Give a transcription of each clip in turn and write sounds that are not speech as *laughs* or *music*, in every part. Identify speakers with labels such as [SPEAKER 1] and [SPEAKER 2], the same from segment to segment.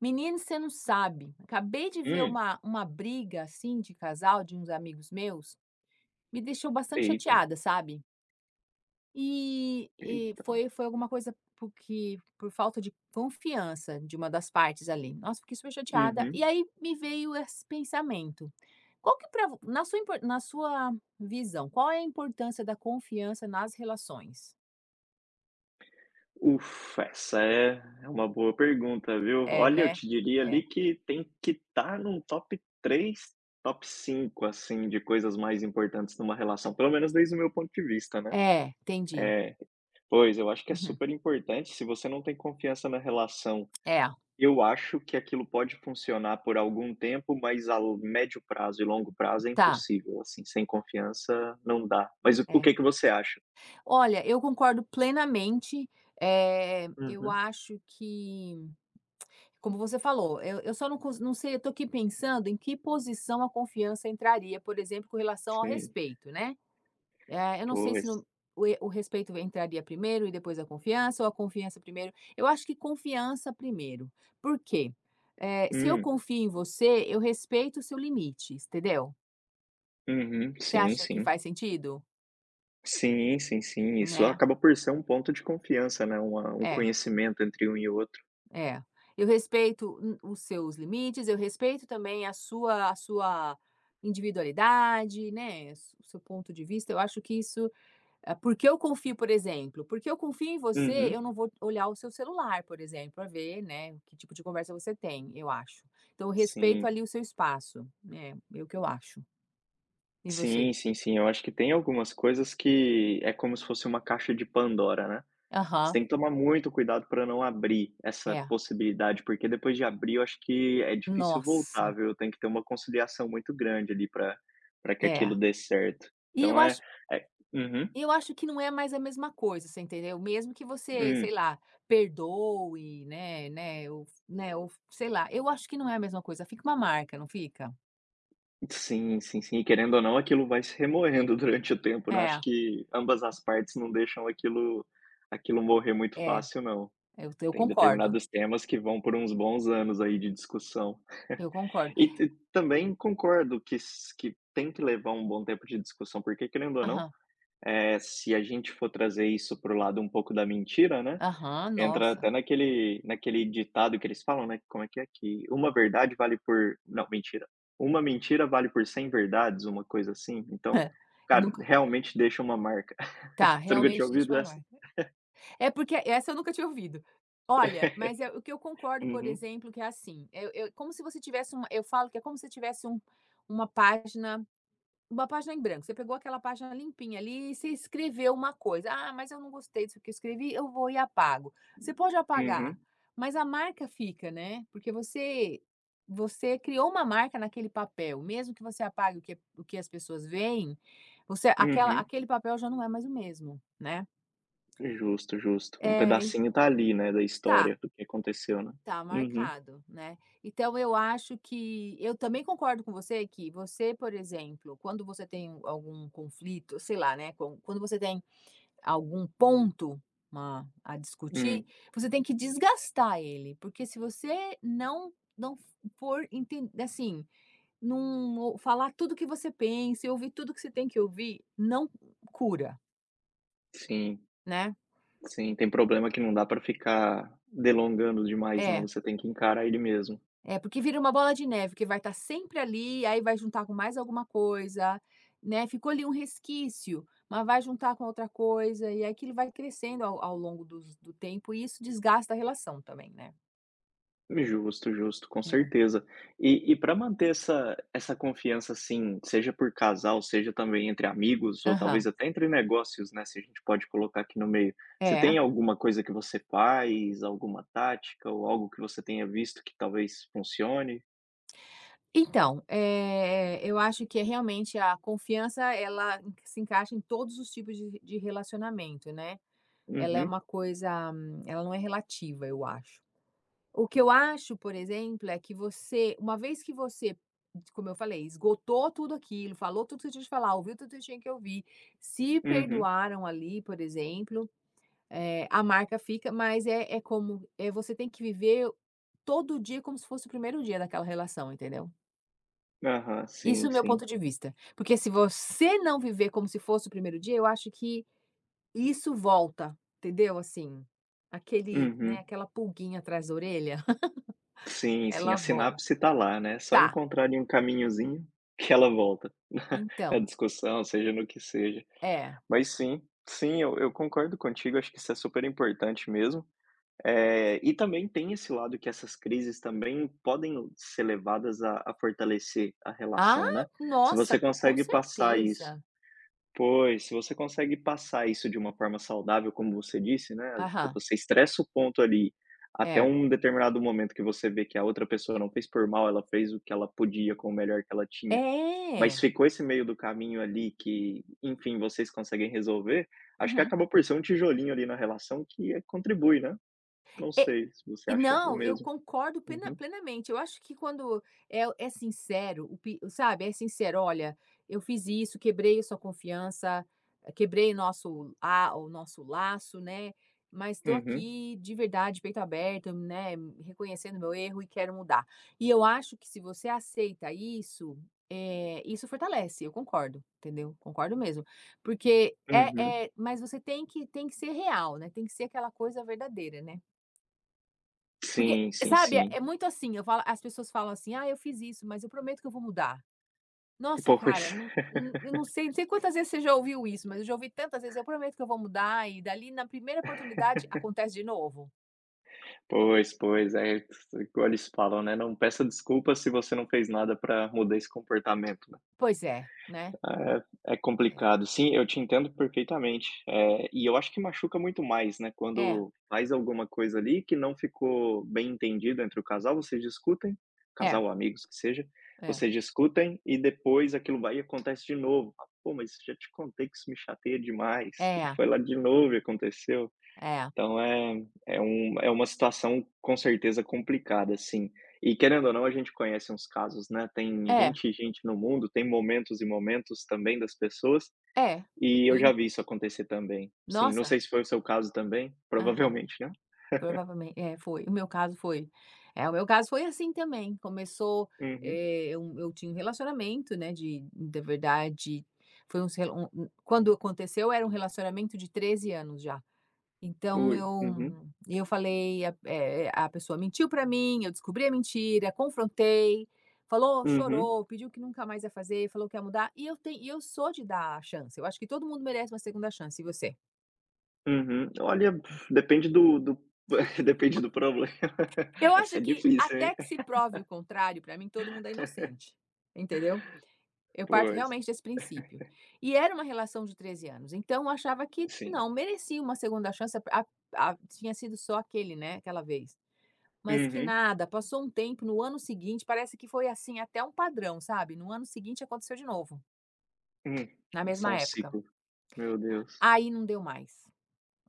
[SPEAKER 1] Menino, você não sabe. Acabei de ver
[SPEAKER 2] Hum,
[SPEAKER 1] uma briga assim de casal de uns amigos meus, me deixou bastante
[SPEAKER 2] eita,
[SPEAKER 1] chateada, sabe? E, e
[SPEAKER 2] eita.
[SPEAKER 1] foi, foi alguma coisa porque por falta de confiança de uma das partes ali. Nossa, fiquei super chateada. E
[SPEAKER 2] Uhum.
[SPEAKER 1] aí me veio esse pensamento. Qual que é pra, vo- na sua, impor- na sua visão, qual é a importância da confiança nas relações?
[SPEAKER 2] Ufa, essa é uma boa pergunta, viu.
[SPEAKER 1] É,
[SPEAKER 2] Olha, eu
[SPEAKER 1] né?
[SPEAKER 2] te diria
[SPEAKER 1] É.
[SPEAKER 2] ali que tem que estar num top 3, top 5 assim, de coisas mais importantes numa relação, pelo menos desde o meu ponto de vista, né.
[SPEAKER 1] É, entendi.
[SPEAKER 2] É, pois, eu acho que é
[SPEAKER 1] Uhum.
[SPEAKER 2] super importante, se você não tem confiança na relação,
[SPEAKER 1] É,
[SPEAKER 2] eu acho que aquilo pode funcionar por algum tempo, mas a lo médio prazo e longo prazo é
[SPEAKER 1] tá.
[SPEAKER 2] impossível, assim, sem confiança não dá. Mas o
[SPEAKER 1] É.
[SPEAKER 2] que que você acha?
[SPEAKER 1] Olha, eu concordo plenamente, eu
[SPEAKER 2] Uhum.
[SPEAKER 1] acho que, como você falou, eu só não cons não sei, eu tô aqui pensando em que posição a confiança entraria, por exemplo, com relação ao
[SPEAKER 2] Sim,
[SPEAKER 1] respeito, né. Eu não sei se
[SPEAKER 2] pois.
[SPEAKER 1] no o e o respeito entraria primeiro e depois a confiança ou a confiança primeiro. Eu acho que confiança primeiro. Por quê? Se eu
[SPEAKER 2] Hum,
[SPEAKER 1] confio em você, eu respeito o seu limite, entendeu.
[SPEAKER 2] uhum,
[SPEAKER 1] Você
[SPEAKER 2] sim,
[SPEAKER 1] acha que
[SPEAKER 2] sim.
[SPEAKER 1] faz sentido?
[SPEAKER 2] Sim, sim, sim, isso
[SPEAKER 1] Né?
[SPEAKER 2] acaba por ser um ponto de confiança, né, uma um
[SPEAKER 1] É.
[SPEAKER 2] conhecimento entre um e outro.
[SPEAKER 1] É, eu respeito os seus limites, eu respeito também a sua individualidade, né? O seu ponto de vista. Eu acho que isso, ah, porque eu confio, por exemplo, porque eu confio em você,
[SPEAKER 2] Uhum,
[SPEAKER 1] eu não vou olhar o seu celular, por exemplo, para ver, né, que tipo de conversa você tem, eu acho. Então, eu respeito
[SPEAKER 2] sim.
[SPEAKER 1] ali o seu espaço, né? É o que eu acho. E você?
[SPEAKER 2] Sim, sim, sim, eu acho que tem algumas coisas que é como se fosse uma caixa de Pandora, né. Você
[SPEAKER 1] Aham,
[SPEAKER 2] tem que tomar muito cuidado para não abrir essa
[SPEAKER 1] é.
[SPEAKER 2] possibilidade, porque depois de abrir eu acho que é difícil voltar,
[SPEAKER 1] Nossa,
[SPEAKER 2] viu. Tem que ter uma conciliação muito grande ali para que aquilo
[SPEAKER 1] é.
[SPEAKER 2] dê certo.
[SPEAKER 1] E eu
[SPEAKER 2] Então é
[SPEAKER 1] acho
[SPEAKER 2] é Uhum,
[SPEAKER 1] Eu acho que não é mais a mesma coisa, você entendeu? Mesmo que você, sei
[SPEAKER 2] hum.
[SPEAKER 1] lá, perdoe, né, ou sei lá, eu acho que não é a mesma coisa, fica uma marca, não fica?
[SPEAKER 2] Sim, sim, sim. E querendo ou não, aquilo vai se remoendo *laughs* durante o tempo, né.
[SPEAKER 1] É,
[SPEAKER 2] Acho que ambas as partes não deixam aquilo morrer muito
[SPEAKER 1] é,
[SPEAKER 2] fácil não.
[SPEAKER 1] eu
[SPEAKER 2] Tem
[SPEAKER 1] concordo,
[SPEAKER 2] determinados temas que vão por uns bons anos aí de discussão.
[SPEAKER 1] eu concordo.
[SPEAKER 2] E t também concordo que s que tem que levar um bom tempo de discussão, porque querendo ou não,
[SPEAKER 1] Aham,
[SPEAKER 2] é se a gente for trazer isso para o lado um pouco da mentira, né,
[SPEAKER 1] aham,
[SPEAKER 2] entra
[SPEAKER 1] nossa,
[SPEAKER 2] até naquele ditado que eles falam, né, como é? Que uma verdade vale por não, mentira. Uma mentira vale por 100 verdades, uma coisa assim. Então,
[SPEAKER 1] eu
[SPEAKER 2] cara,
[SPEAKER 1] nunca
[SPEAKER 2] realmente deixa uma marca.
[SPEAKER 1] tá,
[SPEAKER 2] *laughs* Você nunca tinha
[SPEAKER 1] realmente deixa
[SPEAKER 2] ouvido
[SPEAKER 1] uma
[SPEAKER 2] essa?
[SPEAKER 1] marca. É porque essa eu nunca tinha ouvido. Olha, mas
[SPEAKER 2] *laughs*
[SPEAKER 1] é o que eu concordo, por
[SPEAKER 2] Uhum,
[SPEAKER 1] exemplo, que é assim, eu como se você tivesse uma eu falo que é como se você tivesse uma página. Uma página em branco, você pegou aquela página limpinha ali e você escreveu uma coisa: "Ah, mas eu não gostei disso que eu escrevi, eu vou e apago". Você pode apagar,
[SPEAKER 2] uhum,
[SPEAKER 1] mas a marca fica, né, porque você criou uma marca naquele papel, mesmo que você apague o que as pessoas veem, você aquela
[SPEAKER 2] uhum.
[SPEAKER 1] aquele papel já não é mais o mesmo, né.
[SPEAKER 2] Justo, justo. Um
[SPEAKER 1] É, en-
[SPEAKER 2] pedacinho tá ali, né, da
[SPEAKER 1] tá,
[SPEAKER 2] história do que aconteceu, né.
[SPEAKER 1] tá
[SPEAKER 2] Uhum.
[SPEAKER 1] marcado, né. Então eu acho que eu também concordo com você que você, por exemplo, quando você tem algum conflito, sei lá, né, quando você tem algum ponto a
[SPEAKER 2] Hum.
[SPEAKER 1] discutir, você tem que desgastar ele, porque se você não for enten assim, não falar tudo que você pensa e ouvir tudo que você tem que ouvir, não cura,
[SPEAKER 2] Sim,
[SPEAKER 1] né.
[SPEAKER 2] sim. Tem problema que não dá pra ficar delongando demais não,
[SPEAKER 1] É,
[SPEAKER 2] você tem que encarar ele mesmo.
[SPEAKER 1] é porque vira uma bola de neve que vai estar sempre ali, aí vai juntar com mais alguma coisa, né, ficou ali um resquício, mas vai juntar com outra coisa e aí aquilo vai crescendo ao longo dos do tempo e isso desgasta a relação também, né.
[SPEAKER 2] Justo, justo, com
[SPEAKER 1] É.
[SPEAKER 2] certeza. E para manter essa confiança, assim, seja por casal, seja também entre amigos ou
[SPEAKER 1] Aham.
[SPEAKER 2] talvez até entre negócios, né, se a gente pode colocar aqui no meio, você
[SPEAKER 1] É.
[SPEAKER 2] tem alguma coisa que você faz, alguma tática ou algo que você tenha visto que talvez funcione?
[SPEAKER 1] Então, eu acho que é realmente a confiança, ela en se encaixa em todos os tipos de relacionamento, né. Ela é uma
[SPEAKER 2] Uhum,
[SPEAKER 1] coisa ela não é relativa, eu acho. O que eu acho, por exemplo, é que você uma vez que você, como eu falei, esgotou tudo aquilo, falou tudo que eu tinha que falar, ouviu tudo que eu tinha que ouvir, se
[SPEAKER 2] uhum.
[SPEAKER 1] perdoaram ali, por exemplo, a marca fica, mas é é como, é você tem que viver todo dia como se fosse o primeiro dia daquela relação, entendeu?
[SPEAKER 2] Aham,
[SPEAKER 1] Isso é
[SPEAKER 2] sim,
[SPEAKER 1] o meu ponto
[SPEAKER 2] sim.
[SPEAKER 1] de vista, porque se você não viver como se fosse o primeiro dia, eu acho que isso volta, entendeu, assim, aquele, né,
[SPEAKER 2] Uhum.
[SPEAKER 1] aquela pulguinha atrás da orelha, *laughs*
[SPEAKER 2] Sim, sim, a
[SPEAKER 1] ela volta.
[SPEAKER 2] sinapse está lá, né, só
[SPEAKER 1] Tá,
[SPEAKER 2] encontrar um caminhozinho que ela volta. *laughs* Na
[SPEAKER 1] então,
[SPEAKER 2] discussão, seja no que seja.
[SPEAKER 1] é.
[SPEAKER 2] Mas sim, sim, eu concordo contigo, acho que isso é super importante mesmo. E também tem esse lado que essas crises também podem ser levadas a fortalecer a
[SPEAKER 1] Ah,
[SPEAKER 2] relação, né. Se você
[SPEAKER 1] nossa, com
[SPEAKER 2] consegue passar isso
[SPEAKER 1] certeza.
[SPEAKER 2] Pois, se você consegue passar isso de uma forma saudável, como você disse, né,
[SPEAKER 1] Aham,
[SPEAKER 2] você estressa o ponto ali, até
[SPEAKER 1] é.
[SPEAKER 2] um determinado momento que você vê que a outra pessoa não fez por mal, ela fez o que ela podia com o melhor que ela tinha. Mas
[SPEAKER 1] É.
[SPEAKER 2] ficou esse meio do caminho ali que, enfim, vocês conseguem resolver, acho que
[SPEAKER 1] Uhum.
[SPEAKER 2] acabou por ser um tijolinho ali na relação que contribui, né. Não
[SPEAKER 1] E
[SPEAKER 2] sei se você
[SPEAKER 1] E
[SPEAKER 2] acha o
[SPEAKER 1] não, eu
[SPEAKER 2] mesmo.
[SPEAKER 1] concordo
[SPEAKER 2] Uhum,
[SPEAKER 1] plenamente. Eu acho que quando é sincero, o pi sabe, é sincero: "Olha, eu fiz isso, quebrei a sua confiança, eh, quebrei nosso a o nosso laço, né, mas estou
[SPEAKER 2] uhum,
[SPEAKER 1] aqui de verdade, peito aberto, né, reconhecendo meu erro e quero mudar". E eu acho que se você aceita isso, eh, isso fortalece, eu concordo, entendeu? Concordo mesmo. Porque
[SPEAKER 2] uhum.
[SPEAKER 1] mas você tem que ser real, né, tem que ser aquela coisa verdadeira, né? Porque,
[SPEAKER 2] Sim, sim,
[SPEAKER 1] sabe,
[SPEAKER 2] sim.
[SPEAKER 1] muito assim, eu falo as pessoas falam assim: "Ah, eu fiz isso, mas eu prometo que eu vou mudar". Nossa, cara,
[SPEAKER 2] Pois. *laughs*
[SPEAKER 1] eu não sei quantas vezes você já ouviu isso, mas eu já ouvi tantas vezes: "Eu prometo que eu vou mudar", e dali na primeira oportunidade acontece de novo.
[SPEAKER 2] Pois, pois, é igual eles falam, né, não peça desculpa se você não fez nada pra mudar esse comportamento, né.
[SPEAKER 1] Pois é, né.
[SPEAKER 2] É
[SPEAKER 1] É.
[SPEAKER 2] complicado. Sim, eu te entendo perfeitamente. E eu acho que machuca muito mais, né,
[SPEAKER 1] É,
[SPEAKER 2] quando faz alguma coisa ali que não ficou bem entendido entre o casal, vocês discutem,
[SPEAKER 1] é,
[SPEAKER 2] casal ou amigos que seja,
[SPEAKER 1] é,
[SPEAKER 2] vocês discutem e depois aquilo vai e acontece de novo. Fala: "Pô, mas já te contei que isso me chateia demais", e foi lá de novo e aconteceu.
[SPEAKER 1] é, é,
[SPEAKER 2] Então é uma situação com certeza complicada, sim. E querendo ou não, a gente conhece uns casos, né, tem
[SPEAKER 1] é,
[SPEAKER 2] gente e gente no mundo, tem momentos e momentos também das pessoas,
[SPEAKER 1] é,
[SPEAKER 2] e eu já
[SPEAKER 1] assim.
[SPEAKER 2] vi isso acontecer também. Sim, não
[SPEAKER 1] Nossa.
[SPEAKER 2] sei se foi o seu caso também,
[SPEAKER 1] Aham.
[SPEAKER 2] provavelmente, né.
[SPEAKER 1] Provavelmente é, foi. O meu caso foi. É, o meu caso foi assim também, começou,
[SPEAKER 2] Uhum.
[SPEAKER 1] eu tinha um relacionamento, né, de da verdade, foi uns rela um um quando aconteceu era um relacionamento de 13 anos já. Então
[SPEAKER 2] Ui. Uhum.
[SPEAKER 1] eu falei, a pessoa mentiu pra mim, eu descobri a mentira, confrontei, falou,
[SPEAKER 2] Uhum.
[SPEAKER 1] chorou, pediu que nunca mais ia fazer, falou que ia mudar, e eu tenho e eu sou de dar a chance, eu acho que todo mundo merece uma segunda chance, e você?
[SPEAKER 2] Uhum. Olha, depende do *laughs* depende do problema.
[SPEAKER 1] Eu
[SPEAKER 2] *laughs* Essa
[SPEAKER 1] acho
[SPEAKER 2] é
[SPEAKER 1] que
[SPEAKER 2] difícil,
[SPEAKER 1] até
[SPEAKER 2] hein.
[SPEAKER 1] que se prove o contrário, pra mim todo mundo é inocente, entendeu? Eu parto
[SPEAKER 2] Pois,
[SPEAKER 1] realmente desse princípio. E era uma relação de 13 anos, então eu achava que
[SPEAKER 2] sim.
[SPEAKER 1] não, merecia uma segunda chance, a tinha sido só aquele, né, aquela vez. Mas que
[SPEAKER 2] Uhum.
[SPEAKER 1] nada, passou um tempo, no ano seguinte, parece que foi assim até um padrão, sabe, no ano seguinte aconteceu de novo,
[SPEAKER 2] Hum.
[SPEAKER 1] na
[SPEAKER 2] É só
[SPEAKER 1] mesma
[SPEAKER 2] um
[SPEAKER 1] época.
[SPEAKER 2] ciclo. Meu Deus.
[SPEAKER 1] Aí não deu mais.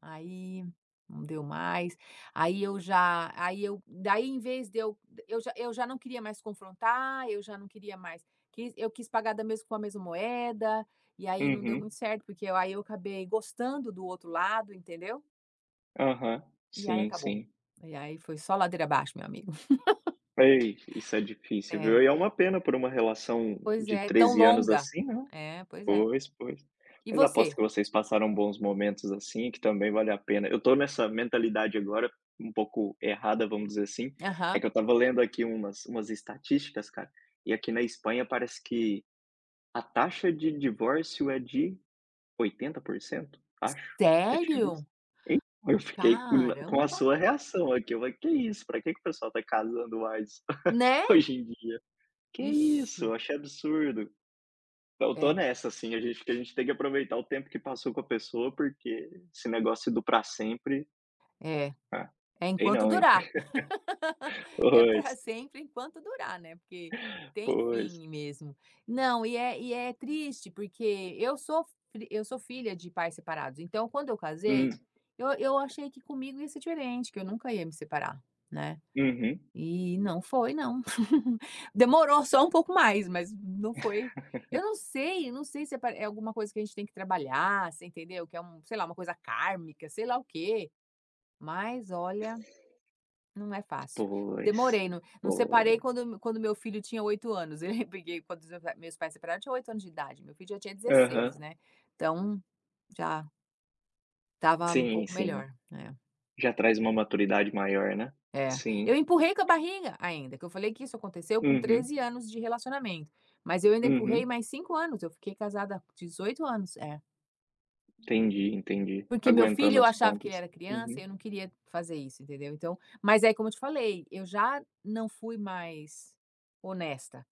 [SPEAKER 1] Aí não deu mais. Aí eu já aí eu daí em vez de eu já não queria mais confrontar, eu já não queria mais quis pagar da mesma com a mesma moeda, e aí não deu
[SPEAKER 2] Uhum.
[SPEAKER 1] muito certo, porque eu aí eu acabei gostando do outro lado, entendeu?
[SPEAKER 2] Aham.
[SPEAKER 1] E aí
[SPEAKER 2] Sim,
[SPEAKER 1] acabou.
[SPEAKER 2] sim.
[SPEAKER 1] E aí foi só ladeira abaixo, meu amigo. *laughs*
[SPEAKER 2] Ei, isso é difícil,
[SPEAKER 1] É,
[SPEAKER 2] viu. E é uma pena por uma relação
[SPEAKER 1] pois
[SPEAKER 2] de
[SPEAKER 1] é, tão
[SPEAKER 2] 13 anos
[SPEAKER 1] longa.
[SPEAKER 2] assim, né.
[SPEAKER 1] É, pois é.
[SPEAKER 2] Pois, pois.
[SPEAKER 1] E
[SPEAKER 2] Mas aposto
[SPEAKER 1] você?
[SPEAKER 2] que vocês passaram bons momentos assim, que também vale a pena. Eu tô nessa mentalidade agora, um pouco errada, vamos dizer assim, é
[SPEAKER 1] Aham.
[SPEAKER 2] que eu estava lendo aqui umas estatísticas, cara, e aqui na Espanha parece que a taxa de divórcio é de 80%, acho, que eu tinha
[SPEAKER 1] Sério?
[SPEAKER 2] visto. Eu fiquei com a
[SPEAKER 1] Caramba!
[SPEAKER 2] sua reação aqui, eu falei: "Que isso, pra que que o pessoal tá casando mais *laughs*
[SPEAKER 1] Né?
[SPEAKER 2] hoje em dia?". "Que
[SPEAKER 1] Ixi,
[SPEAKER 2] isso, eu achei absurdo". Eu tô
[SPEAKER 1] é,
[SPEAKER 2] nessa, assim, a gente tem que aproveitar o tempo que passou com a pessoa, porque esse negócio do pra sempre,
[SPEAKER 1] é,
[SPEAKER 2] ah,
[SPEAKER 1] é
[SPEAKER 2] sei
[SPEAKER 1] enquanto
[SPEAKER 2] não, hein.
[SPEAKER 1] durar.
[SPEAKER 2] *laughs*
[SPEAKER 1] *laughs* É para
[SPEAKER 2] Pois,
[SPEAKER 1] sempre enquanto durar, né, porque tem
[SPEAKER 2] pois.
[SPEAKER 1] fim mesmo. Não, e é triste, porque eu sou filha de pais separados, então quando eu
[SPEAKER 2] Hum,
[SPEAKER 1] casei, eu achei que comigo ia ser diferente, que eu nunca ia me separar, né,
[SPEAKER 2] uhum.
[SPEAKER 1] e não foi não. *laughs* Demorou só um pouco mais, mas não foi. Eu não sei se é pa é alguma coisa que a gente tem que trabalhar, você entendeu, que é um sei lá, uma coisa kármica, sei lá o quê, mas olha não é fácil.
[SPEAKER 2] Pois,
[SPEAKER 1] Demorei, não não
[SPEAKER 2] pois.
[SPEAKER 1] separei quando meu filho tinha 8 anos, *laughs* eu peguei quando os meus pais separaram, eu tinha 8 anos de idade, meu filho já tinha 16,
[SPEAKER 2] Aham.
[SPEAKER 1] né, então já estava um
[SPEAKER 2] Sim,
[SPEAKER 1] pouco
[SPEAKER 2] sim.
[SPEAKER 1] melhor, né.
[SPEAKER 2] Já traz uma maturidade maior, né.
[SPEAKER 1] É,
[SPEAKER 2] Sim.
[SPEAKER 1] eu empurrei com a barriga ainda, que eu falei que isso aconteceu com
[SPEAKER 2] Uhum,
[SPEAKER 1] 13 anos de relacionamento, mas eu ainda empurrei
[SPEAKER 2] uhum.
[SPEAKER 1] mais 5 anos, eu fiquei casada há 18 anos, é.
[SPEAKER 2] Entendi, entendi.
[SPEAKER 1] Porque meu filho
[SPEAKER 2] Aguentando
[SPEAKER 1] eu
[SPEAKER 2] as
[SPEAKER 1] achava que ele
[SPEAKER 2] pontas.
[SPEAKER 1] era criança
[SPEAKER 2] Uhum.
[SPEAKER 1] e eu não queria fazer isso, entendeu, então mas aí como eu te falei, eu já não fui mais honesta,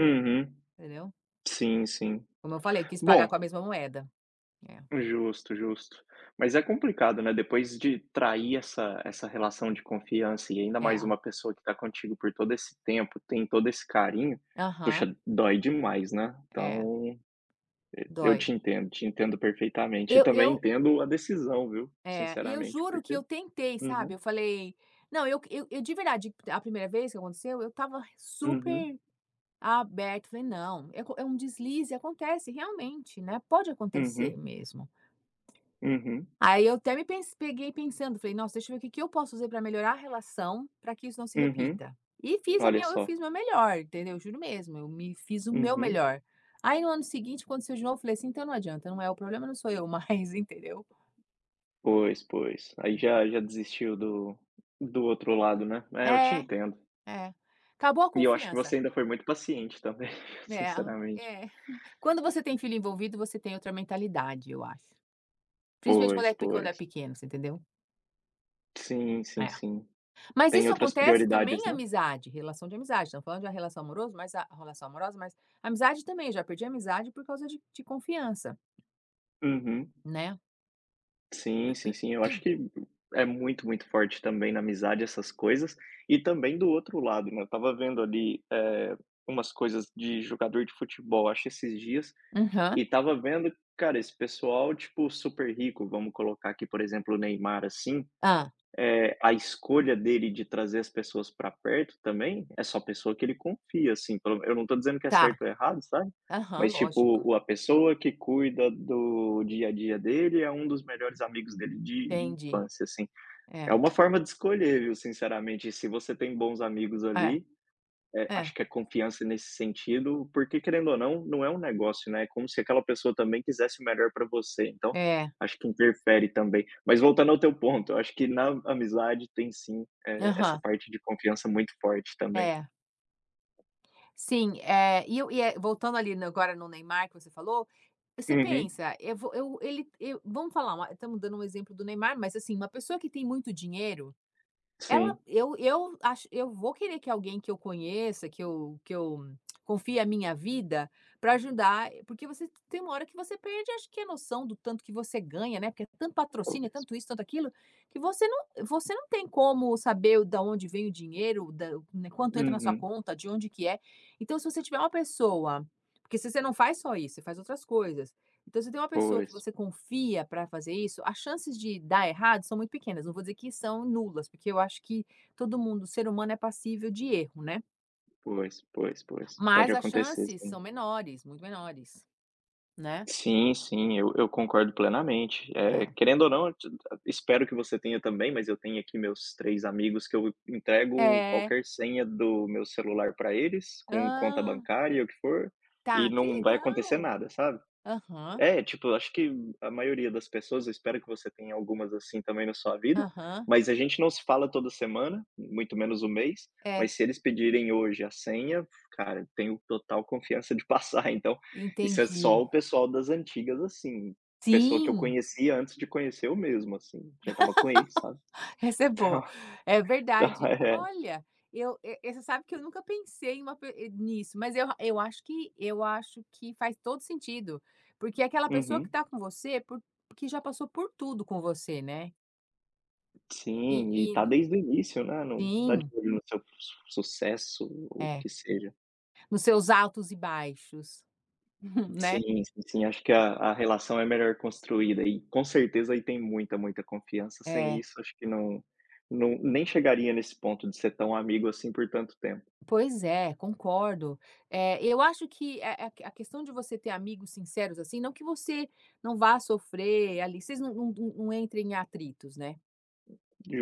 [SPEAKER 2] Uhum.
[SPEAKER 1] entendeu.
[SPEAKER 2] Sim, sim.
[SPEAKER 1] Como eu falei, eu quis pagar com a
[SPEAKER 2] Bom,
[SPEAKER 1] mesma moeda. É,
[SPEAKER 2] justo, justo. Mas é complicado, né, depois de trair essa relação de confiança e ainda mais
[SPEAKER 1] é.
[SPEAKER 2] uma pessoa que tá contigo por todo esse tempo, tem todo esse carinho,
[SPEAKER 1] Aham,
[SPEAKER 2] puxa, dói demais, né.
[SPEAKER 1] é,
[SPEAKER 2] Então, e eu
[SPEAKER 1] dói.
[SPEAKER 2] te entendo perfeitamente e também
[SPEAKER 1] Eu
[SPEAKER 2] entendo a decisão, viu,
[SPEAKER 1] é, e eu
[SPEAKER 2] sinceramente,
[SPEAKER 1] juro que
[SPEAKER 2] porque
[SPEAKER 1] eu tentei,
[SPEAKER 2] uhum,
[SPEAKER 1] sabe, eu falei não, eu de verdade, a primeira vez que aconteceu, eu estava
[SPEAKER 2] uhum,
[SPEAKER 1] super aberto. Falei: "Não, é co é um deslize, acontece realmente, né, pode acontecer
[SPEAKER 2] uhum,
[SPEAKER 1] mesmo".
[SPEAKER 2] uhum,
[SPEAKER 1] Aí eu até me pens peguei pensando, falei: "Nossa, deixa eu ver o que que eu posso fazer para melhorar a relação, para que isso não se
[SPEAKER 2] uhum.
[SPEAKER 1] repita". E fiz a
[SPEAKER 2] Olha
[SPEAKER 1] minha eu
[SPEAKER 2] só.
[SPEAKER 1] fiz meu melhor, entendeu? Juro mesmo, eu me fiz o meu
[SPEAKER 2] Uhum.
[SPEAKER 1] melhor. Aí no ano seguinte quando aconteceu de novo, eu falei assim: "Então não adianta, não é, o problema não sou eu mais", *laughs* entendeu?
[SPEAKER 2] Pois, pois. Aí já desistiu do outro lado, né. É, eu te
[SPEAKER 1] É,
[SPEAKER 2] entendo.
[SPEAKER 1] é. Acabou a
[SPEAKER 2] E eu acho que você
[SPEAKER 1] confiança.
[SPEAKER 2] ainda foi muito paciente também, *laughs*
[SPEAKER 1] É,
[SPEAKER 2] sinceramente.
[SPEAKER 1] é. *laughs* Quando você tem filho envolvido, você tem outra mentalidade, eu acho. Principalmente quando
[SPEAKER 2] Pois,
[SPEAKER 1] é pe quando é
[SPEAKER 2] pois.
[SPEAKER 1] pequeno, você entendeu?
[SPEAKER 2] Sim, sim,
[SPEAKER 1] É.
[SPEAKER 2] sim.
[SPEAKER 1] Mas
[SPEAKER 2] Tem
[SPEAKER 1] isso
[SPEAKER 2] outras
[SPEAKER 1] acontece também
[SPEAKER 2] prioridades,
[SPEAKER 1] em
[SPEAKER 2] né.
[SPEAKER 1] amizade, relação de amizade, estamos falando de uma relação amorosa, mas amizade também, já perdi amizade por causa de confiança,
[SPEAKER 2] Uhum.
[SPEAKER 1] né.
[SPEAKER 2] Sim, sim, sim. Eu acho que é muito, muito forte também na amizade essas coisas, e também do outro lado, né. Eu estava vendo ali, umas coisas de jogador de futebol, acho esses dias,
[SPEAKER 1] Aham.
[SPEAKER 2] e tava vendo, cara, esse pessoal, tipo, super rico, vamos colocar aqui, por exemplo, o Neymar, assim,
[SPEAKER 1] Hã.
[SPEAKER 2] a escolha dele de trazer as pessoas pra perto também, é só pessoa que ele confia, assim, pelo eu não tô dizendo que é
[SPEAKER 1] Tá.
[SPEAKER 2] certo ou errado, sabe,
[SPEAKER 1] Aham,
[SPEAKER 2] mas, tipo,
[SPEAKER 1] lógico.
[SPEAKER 2] o a pessoa que cuida do dia a dia dele é um dos melhores amigos dele de
[SPEAKER 1] Entendi.
[SPEAKER 2] infância, assim. É
[SPEAKER 1] É,
[SPEAKER 2] uma forma de escolher, viu, sinceramente, se você tem bons amigos
[SPEAKER 1] é,
[SPEAKER 2] ali,
[SPEAKER 1] é,
[SPEAKER 2] acho que a confiança nesse sentido, porque querendo ou não, não é um negócio, né, é como se aquela pessoa também quisesse o melhor para você, então,
[SPEAKER 1] é.
[SPEAKER 2] acho que interfere também. Mas voltando ao teu ponto, eu acho que na amizade tem sim, essa
[SPEAKER 1] Aham.
[SPEAKER 2] parte de confiança muito forte também.
[SPEAKER 1] É. Sim, é voltando ali no agora no Neymar que você falou, você
[SPEAKER 2] Uhum.
[SPEAKER 1] pensa, eu vou eu ele eu vamos falar uma estamos dando um exemplo do Neymar, mas assim, uma pessoa que tem muito dinheiro. Ela
[SPEAKER 2] Sim,
[SPEAKER 1] eu acho eu vou querer que alguém que eu conheça, que eu confie a minha vida para ajudar, eh, porque você tem uma hora que você perde, acho que a noção do tanto que você ganha, né, porque é tanto patrocínio, é
[SPEAKER 2] pois.
[SPEAKER 1] tanto isso, tanto aquilo, que você não tem como saber da onde vem o dinheiro, da né, quanto entra na sua
[SPEAKER 2] Uhum.
[SPEAKER 1] conta, de onde que é. Então se você tiver uma pessoa porque se você não faz só isso, você faz outras coisas, então, se tem uma pessoa que
[SPEAKER 2] Pois,
[SPEAKER 1] você confia para fazer isso, as chances de dar errado são muito pequenas. Não vou dizer que são nulas, porque eu acho que todo mundo, ser humano, é passível de erro, né.
[SPEAKER 2] pois, pois, pois. Pode
[SPEAKER 1] Mas as
[SPEAKER 2] acontecer
[SPEAKER 1] chances
[SPEAKER 2] sim.
[SPEAKER 1] são menores, muito menores, né.
[SPEAKER 2] Sim, sim, eu concordo plenamente.
[SPEAKER 1] É.
[SPEAKER 2] Querendo ou não, t espero que você tenha também, mas eu tenho aqui meus 3 amigos que eu entrego
[SPEAKER 1] É.
[SPEAKER 2] qualquer senha do meu celular para eles, com conta
[SPEAKER 1] Ah,
[SPEAKER 2] bancária e o que for, e
[SPEAKER 1] tá, que
[SPEAKER 2] não vai acontecer
[SPEAKER 1] legal.
[SPEAKER 2] nada, sabe?
[SPEAKER 1] Aham,
[SPEAKER 2] É, tipo, acho que a maioria das pessoas, eu espero que você tenha algumas assim também na sua vida,
[SPEAKER 1] aham.
[SPEAKER 2] mas a gente não se fala toda semana, muito menos um mês, mas
[SPEAKER 1] É,
[SPEAKER 2] se eles pedirem hoje a senha, cara, tenho total confiança de passar, *laughs* então, isso é só
[SPEAKER 1] entendi.
[SPEAKER 2] o pessoal das antigas, assim, pessoa que eu
[SPEAKER 1] Sim.
[SPEAKER 2] conhecia antes de conhecer eu mesmo, assim, já estava com eles, sabe.
[SPEAKER 1] *laughs* Essa é boa.
[SPEAKER 2] Então
[SPEAKER 1] É
[SPEAKER 2] *laughs* então
[SPEAKER 1] verdade.
[SPEAKER 2] é.
[SPEAKER 1] Olha, eu e você sabe que eu nunca pensei em uma pe e nisso, mas eu acho que faz todo sentido, porque é aquela pessoa que
[SPEAKER 2] Uhum.
[SPEAKER 1] está com você por que já passou por tudo com você, né. E
[SPEAKER 2] Sim, e tá
[SPEAKER 1] e
[SPEAKER 2] desde o início, né, não tá de
[SPEAKER 1] sim,
[SPEAKER 2] olho no seu su sucesso, o
[SPEAKER 1] é.
[SPEAKER 2] que seja.
[SPEAKER 1] Nos seus altos e baixos, *laughs*
[SPEAKER 2] Sim,
[SPEAKER 1] né.
[SPEAKER 2] sim, sim, acho que a relação é melhor construída e com certeza aí tem muita, muita confiança, sem
[SPEAKER 1] É.
[SPEAKER 2] isso acho que não nem chegaria nesse ponto de ser tão amigo assim por tanto tempo.
[SPEAKER 1] Pois é, concordo. É, eu acho que a questão de você ter amigos sinceros, assim, não que você não vá sofrer ali, vocês não entrem em atritos, né.